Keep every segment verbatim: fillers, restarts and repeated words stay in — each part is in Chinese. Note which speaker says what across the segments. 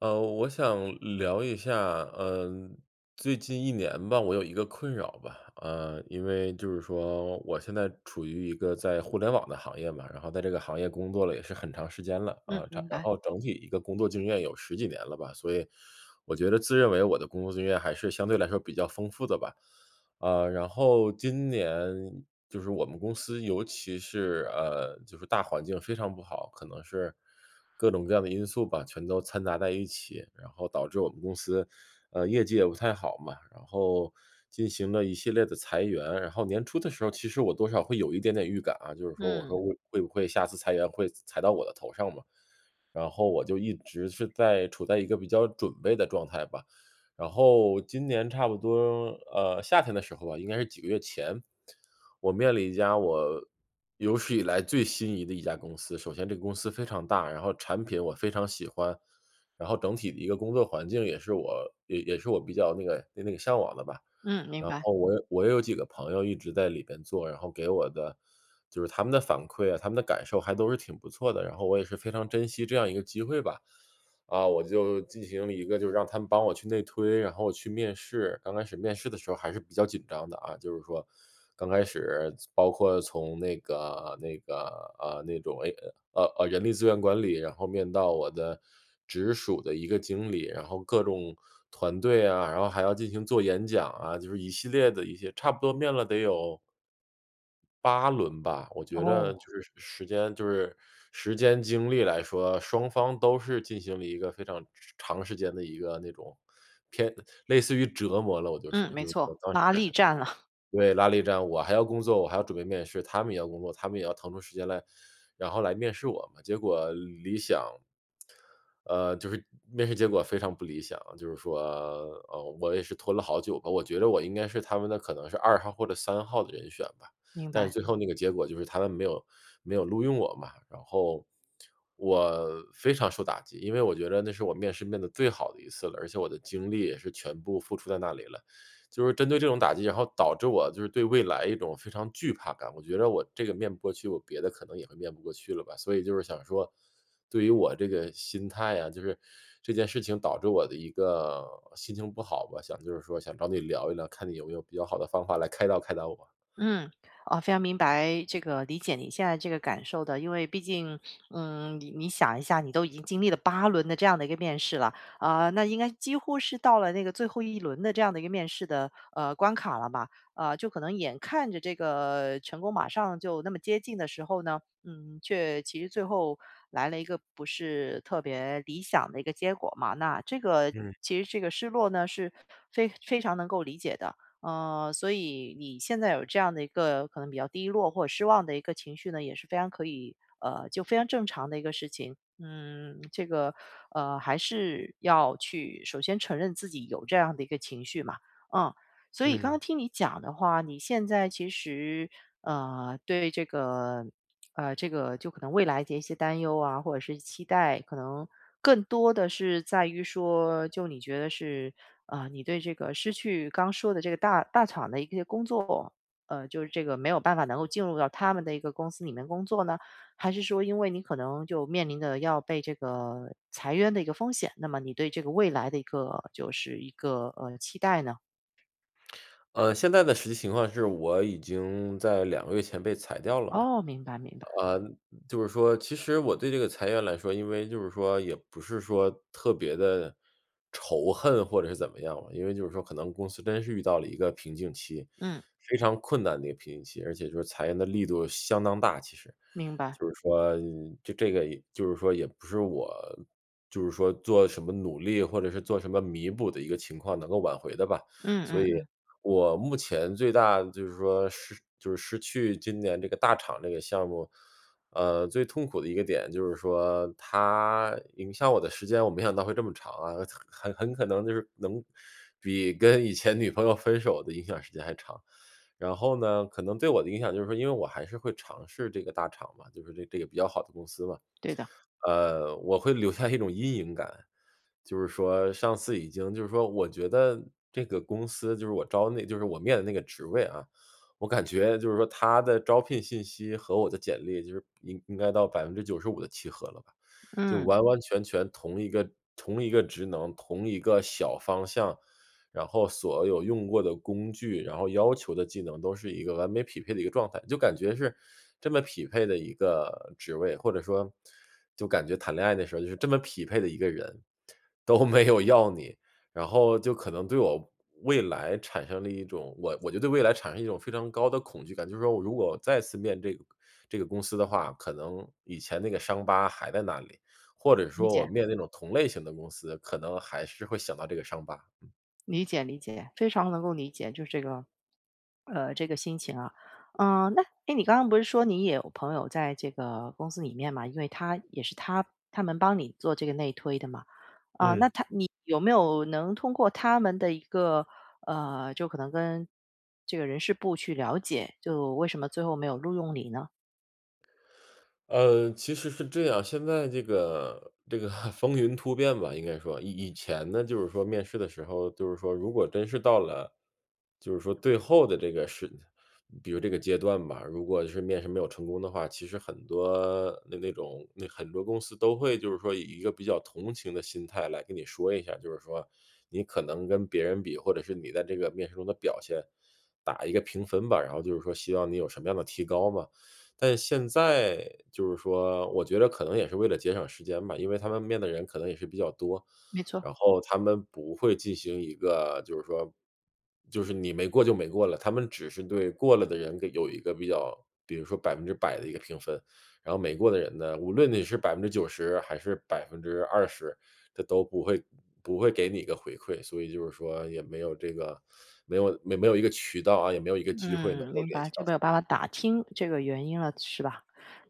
Speaker 1: 呃，我想聊一下，嗯、最近一年吧，我有一个困扰吧，呃，因为就是说，我现在处于一个在互联网的行业嘛，然后在这个行业工作了也是很长时间了
Speaker 2: 嗯，
Speaker 1: 啊，它
Speaker 2: 明
Speaker 1: 然
Speaker 2: 白。
Speaker 1: 后整体一个工作经验有十几年了吧，所以我觉得自认为我的工作经验还是相对来说比较丰富的吧，呃，然后今年就是我们公司，尤其是呃，就是大环境非常不好，可能是。各种各样的因素吧，全都掺杂在一起，然后导致我们公司，呃，业绩也不太好嘛，然后进行了一系列的裁员。然后年初的时候，其实我多少会有一点点预感啊，就是说我说
Speaker 2: 嗯。
Speaker 1: 会会不会下次裁员会裁到我的头上嘛？然后我就一直是在处在一个比较准备的状态吧，然后今年差不多，呃，夏天的时候吧，应该是几个月前，我面了一家我有史以来最心仪的一家公司。首先这个公司非常大，然后产品我非常喜欢，然后整体的一个工作环境也是我也也是我比较那个那个向往的吧。
Speaker 2: 嗯，明
Speaker 1: 然
Speaker 2: 白。
Speaker 1: 后我也我也有几个朋友一直在里边做，然后给我的就是他们的反馈啊，他们的感受还都是挺不错的，然后我也是非常珍惜这样一个机会吧。啊，我就进行了一个就是让他们帮我去内推，然后我去面试。刚开始面试的时候还是比较紧张的啊，就是说刚开始包括从那个那个，呃，那种 A 呃呃人力资源管理，然后面到我的直属的一个经理，然后各种团队啊，然后还要进行做演讲啊，就是一系列的一些，差不多面了得有八轮吧，我觉着
Speaker 2: 哦。
Speaker 1: 就是时时间，就是时间精力来说，双方都是进行了一个非常长时间的一个那种偏类似于折磨了，我就是，
Speaker 2: 嗯，没
Speaker 1: 就是
Speaker 2: 错，
Speaker 1: 我当时
Speaker 2: 拉力战了。
Speaker 1: 对，拉力战。我还要工作，我还要准备面试，他们也要工作，他们也要腾出时间来，然后来面试我嘛。结果理想，呃，就是面试结果非常不理想，就是说，呃，我也是拖了好久吧，我觉得我应该是他们的可能是二号或者三号的人选吧，
Speaker 2: 明
Speaker 1: 但是
Speaker 2: 白。
Speaker 1: 最后那个结果就是他们没有没有录用我嘛，然后我非常受打击，因为我觉得那是我面试面的最好的一次了，而且我的精力也是全部付出在那里了。就是针对这种打击，然后导致我就是对未来一种非常惧怕感。我觉得我这个面不过去，我别的可能也会面不过去了吧。所以就是想说，对于我这个心态啊，就是这件事情导致我的一个心情不好吧，想就是说想找你聊一聊，看你有没有比较好的方法来开导开导我。
Speaker 2: 嗯。哦，非常明白，这个理解你现在这个感受的，因为毕竟，嗯，你你想一下，你都已经经历了八轮的这样的一个面试了，啊、那应该几乎是到了那个最后一轮的这样的一个面试的呃关卡了吧？啊、就可能眼看着这个成功马上就那么接近的时候呢，嗯，却其实最后来了一个不是特别理想的一个结果嘛，那这个。
Speaker 1: 嗯
Speaker 2: 其实这个失落呢是非非常能够理解的。呃，所以你现在有这样的一个可能比较低落或者失望的一个情绪呢，也是非常可以，呃，就非常正常的一个事情。嗯，这个呃，还是要去首先承认自己有这样的一个情绪嘛。嗯，所以刚刚
Speaker 1: 嗯。
Speaker 2: 听你讲的话，你现在其实呃，对这个呃，这个就可能未来的一些担忧啊，或者是期待，可能更多的是在于说，就你觉得是啊、呃你对这个失去刚说的这个大大厂的一些工作，呃，就是这个没有办法能够进入到他们的一个公司里面工作呢，还是说因为你可能就面临的要被这个裁员的一个风险，那么你对这个未来的一个就是一个呃期待呢？
Speaker 1: 呃，现在的实际情况是我已经在两个月前被裁掉了嘛，
Speaker 2: 哦，明白明白。
Speaker 1: 呃，就是说，其实我对这个裁员来说，因为就是说也不是说特别的仇恨或者是怎么样吧，因为就是说可能公司真是遇到了一个瓶颈期，
Speaker 2: 嗯，
Speaker 1: 非常困难的一个瓶颈期，而且就是裁员的力度相当大，其实。
Speaker 2: 明白。
Speaker 1: 就是说就这个也就是说也不是我就是说做什么努力，或者是做什么弥补的一个情况能够挽回的吧。所
Speaker 2: 嗯
Speaker 1: 以
Speaker 2: 嗯。
Speaker 1: 我目前最大就是说失就是失去今年这个大厂这个项目，呃，最痛苦的一个点就是说它影响我的时间，我没想到会这么长啊，很很可能就是能比跟以前女朋友分手的影响时间还长。然后呢，可能对我的影响就是说，因为我还是会尝试这个大厂嘛，就是这这个比较好的公司嘛，
Speaker 2: 对的。
Speaker 1: 呃，我会留下一种阴影感，就是说上次已经就是说，我觉得这个公司就是我招那就是我面的那个职位啊，我感觉就是说他的招聘信息和我的简历就是应应该到百分之九十五的契合了吧，就
Speaker 2: 嗯。
Speaker 1: 完嗯完全全同一个同一个职能、同一个小方向，然后所有用过的工具，然后要求的技能都是一个完美匹配的一个状态，就感觉是这么匹配的一个职位，或者说就感觉谈恋爱的时候就是这么匹配的一个人，都没有要你，然后就可能对我未来产生了一种我我就对未来产生一种非常高的恐惧感，就是说我如果再次面这个这个公司的话，可能以前那个伤疤还在那里，或者
Speaker 2: 理
Speaker 1: 说我
Speaker 2: 解。
Speaker 1: 面那种同类型的公司，可能还是会想到这个伤疤。
Speaker 2: 理解理解，非常能够理解，就是这个，呃，这个心情啊。嗯，那哎，你刚刚不是说你也有朋友在这个公司里面嘛？因为他也是他他们帮你做这个内推的嘛。啊，那
Speaker 1: 嗯。
Speaker 2: 他你有没有能通过他们的一个呃，就可能跟这个人事部去了解，就为什么最后没有录用你呢？
Speaker 1: 呃，其实是这样，现在这个这个 风云突变吧，应该说，以以前呢，就是说面试的时候，就是说如果真是到了，就是说最后的这个是，比如这个阶段吧，如果是面试没有成功的话，其实很多那那种那很多公司都会就是说以一个比较同情的心态来跟你说一下，就是说你可能跟别人比，或者是你在这个面试中的表现打一个评分吧，然后就是说希望你有什么样的提高嘛。但现在就是说，我觉得可能也是为了节省时间吧，因为他们面的人可能也是比较多，
Speaker 2: 没错。
Speaker 1: 然后他们不会进行一个就是说就是你没过就没过了，他们只是对过了的人给有一个比较，比如说百分之百的一个评分，然后没过的人呢，无论你是百分之九十还是百分之二十，他都不会不会给你一个回馈。所以就是说也没有这个没有没没有一个渠道啊，也没有一个机会能
Speaker 2: 嗯，
Speaker 1: 够
Speaker 2: 明
Speaker 1: 联
Speaker 2: 白，
Speaker 1: 系
Speaker 2: 就
Speaker 1: 到
Speaker 2: 没
Speaker 1: 他
Speaker 2: 有办法打听这个原因了，是吧？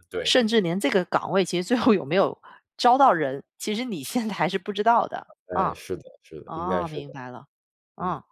Speaker 1: 们。对对。
Speaker 2: 甚至连这个岗位其实最后有没有招到人，其实你现在还是不知道的，
Speaker 1: 哎，
Speaker 2: 啊。
Speaker 1: 是的是的，应该
Speaker 2: 哦，
Speaker 1: 是的。
Speaker 2: 明白了。
Speaker 1: 嗯。
Speaker 2: 啊，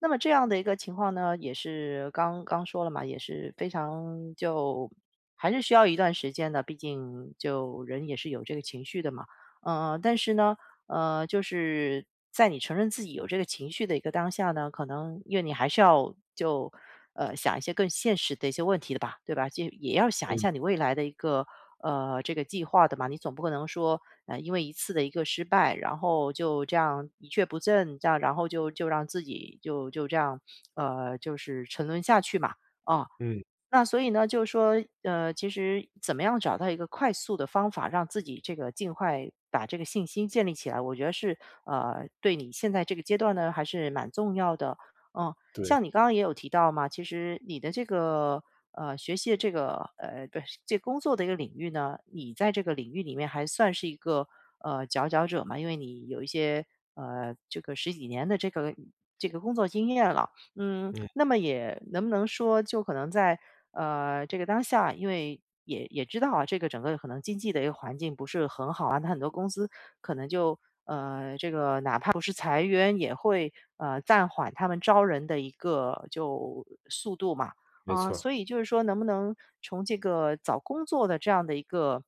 Speaker 2: 那么这样的一个情况呢，也是刚刚说了嘛，也是非常就还是需要一段时间的，毕竟就人也是有这个情绪的嘛。呃，但是呢，呃，就是在你承认自己有这个情绪的一个当下呢，可能因为你还是要就呃想一些更现实的一些问题的吧，对吧？就也要想一
Speaker 1: 嗯
Speaker 2: 下你未来的一个呃这个计划的嘛，你总不可能说呃，因为一次的一个失败，然后就这样一蹶不振，这样然后就就让自己就就这样，呃，就是沉沦下去嘛，啊。
Speaker 1: 嗯。
Speaker 2: 那所以呢，就是说，呃，其实怎么样找到一个快速的方法，让自己这个尽快把这个信心建立起来，我觉得是呃，对你现在这个阶段呢，还是蛮重要的。嗯，
Speaker 1: 对。
Speaker 2: 像你刚刚也有提到嘛，其实你的这个呃学习的这个呃不是这工作的一个领域呢，你在这个领域里面还算是一个呃佼佼者嘛，因为你有一些呃这个十几年的这个这个工作经验了。嗯，
Speaker 1: 嗯，
Speaker 2: 那么也能不能说，就可能在呃这个当下，因为也也知道啊，这个整个可能经济的一个环境不是很好啊，那很多公司可能就呃这个哪怕不是裁员，也会呃暂缓他们招人的一个就速度嘛。
Speaker 1: 没
Speaker 2: 啊、
Speaker 1: 错儿。
Speaker 2: 所以就是说，能不能从这个找工作的这样的一个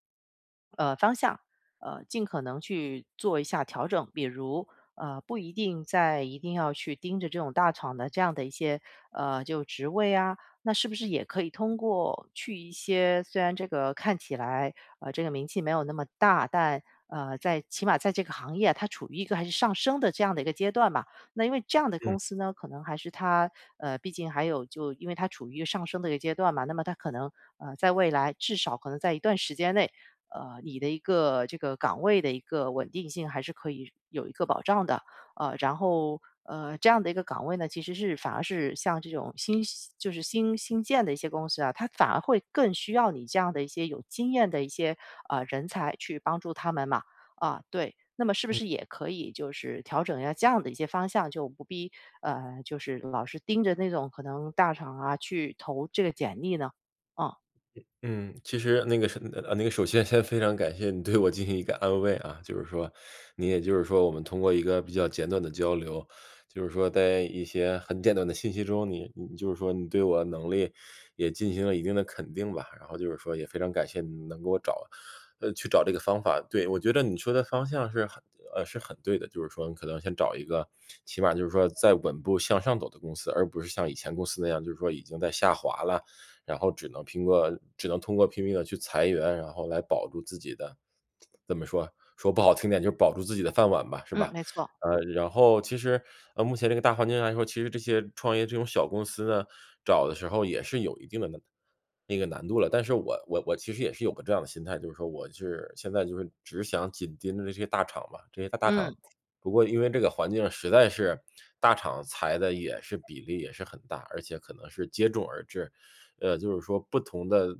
Speaker 2: 呃方向，呃，尽可能去做一下调整，比如。呃，不一定在一定要去盯着这种大厂的这样的一些呃就职位啊，那是不是也可以通过去一些虽然这个看起来呃这个名气没有那么大，但呃在起码在这个行业啊它处于一个还是上升的这样的一个阶段吧，那因为这样的公
Speaker 1: 嗯
Speaker 2: 司呢，可能还是它呃，毕竟还有就因为它处于一个上升的一个阶段嘛，那么它可能呃，在未来至少可能在一段时间内，呃，你的一个这个岗位的一个稳定性还是可以有一个保障的。呃，然后呃，这样的一个岗位呢，其实是反而是像这种新就是新新建的一些公司啊，它反而会更需要你这样的一些有经验的一些呃人才去帮助他们嘛。啊，对，那么是不
Speaker 1: 嗯。
Speaker 2: 是也可以就是调整一下这样的一些方向，就不必呃，就是老是盯着那种可能大厂啊去投这个简历呢？啊。
Speaker 1: 嗯，其实那个是呃，那个首先 先非常感谢你对我进行一个安慰啊，就是说，你也就是说我们通过一个比较简短的交流，就是说在一些很简短的信息中，你你就是说你对我能力也进行了一定的肯定吧，然后就是说也非常感谢你能给我找，呃，去找这个方法。对，我觉得你说的方向是很呃是很对的，就是说你可能先找一个起码就是说在稳步向上走的公司，而不是像以前公司那样，就是说已经在下滑了。然后只能拼过只能通过拼命的去裁员，然后来保住自己的怎么说，说不好听点就是保住自己的饭碗吧，是
Speaker 2: 嗯，
Speaker 1: 吧？
Speaker 2: 没错。
Speaker 1: 呃，然后其实，呃，目前这个大环境来说，其实这些创业这种小公司呢，找的时候也是有一定的难那个难度了。但是我我我其实也是有个这样的心态，就是说我是现在就是只想紧盯着这些大厂嘛，这些大大
Speaker 2: 嗯，
Speaker 1: 厂。不过因为这个环境实在是大厂裁的也是比例也是很大，而且可能是接踵而至，呃，就是说不同的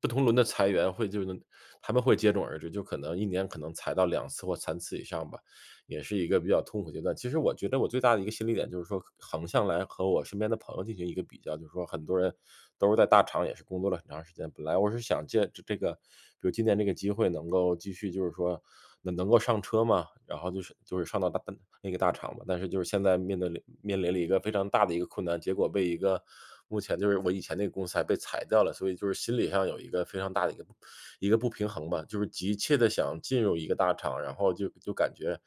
Speaker 1: 不同轮的裁员会就能他们会接踵而至，就可能一年可能裁到两次或三次以上吧。也是一个比较痛苦阶段。其实我觉得我最大的一个心理点就是说，横向来和我身边的朋友进行一个比较，就是说很多人都是在大厂也是工作了很长时间，本来我是想借这这个，比如今年这个机会能够继续就是说能能够上车嘛，然后就是就是上到大那个大厂嘛，但是就是现在面对了面临了一个非常大的一个困难，结果被一个目前就是我以前那个公司还被裁掉了，所以就是心理上有一个非常大的一个一个不平衡吧，就是急切的想进入一个大厂，然后就就感觉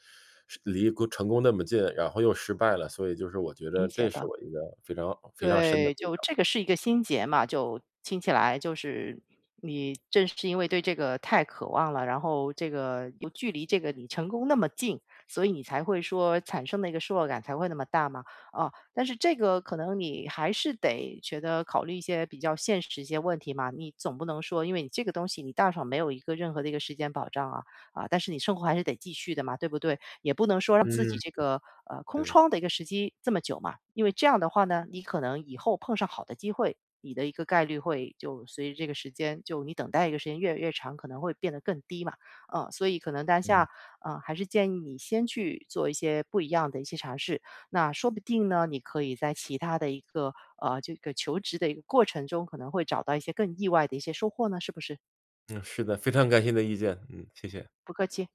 Speaker 1: 是离过成功那么近，然后又失败了，所以就是我觉
Speaker 2: 理
Speaker 1: 得
Speaker 2: 解
Speaker 1: 这是
Speaker 2: 的。
Speaker 1: 我一个非常非常深的
Speaker 2: 对，
Speaker 1: 悲
Speaker 2: 就这个
Speaker 1: 伤。
Speaker 2: 是一个心结嘛，就听起来就是你正是因为对这个太渴望了，然后这个又距离这个你成功那么近，所以你才会说产生的一个失落感才会那么大嘛。啊，但是这个可能你还是得觉得考虑一些比较现实一些问题嘛，你总不能说因为你这个东西你大厂没有一个任何的一个时间保障啊，啊，但是你生活还是得继续的嘛，对不对？也不能说让自己这个呃空
Speaker 1: 对。
Speaker 2: 窗的一个时机这么久嘛，因为这样的话呢，你可能以后碰上好的机会，你的一个概率会就随着这个时间，就你等待一个时间越来越长，可能会变得更低嘛。嗯，所以可能当下嗯，还是建议你先去做一些不一样的一些尝试，那说不定呢，你可以在其他的一个呃这个求职的一个过程中，可能会找到一些更意外的一些收获呢，是不是？
Speaker 1: 嗯，是的，非常感谢你的意见，嗯，谢谢。
Speaker 2: 不客气。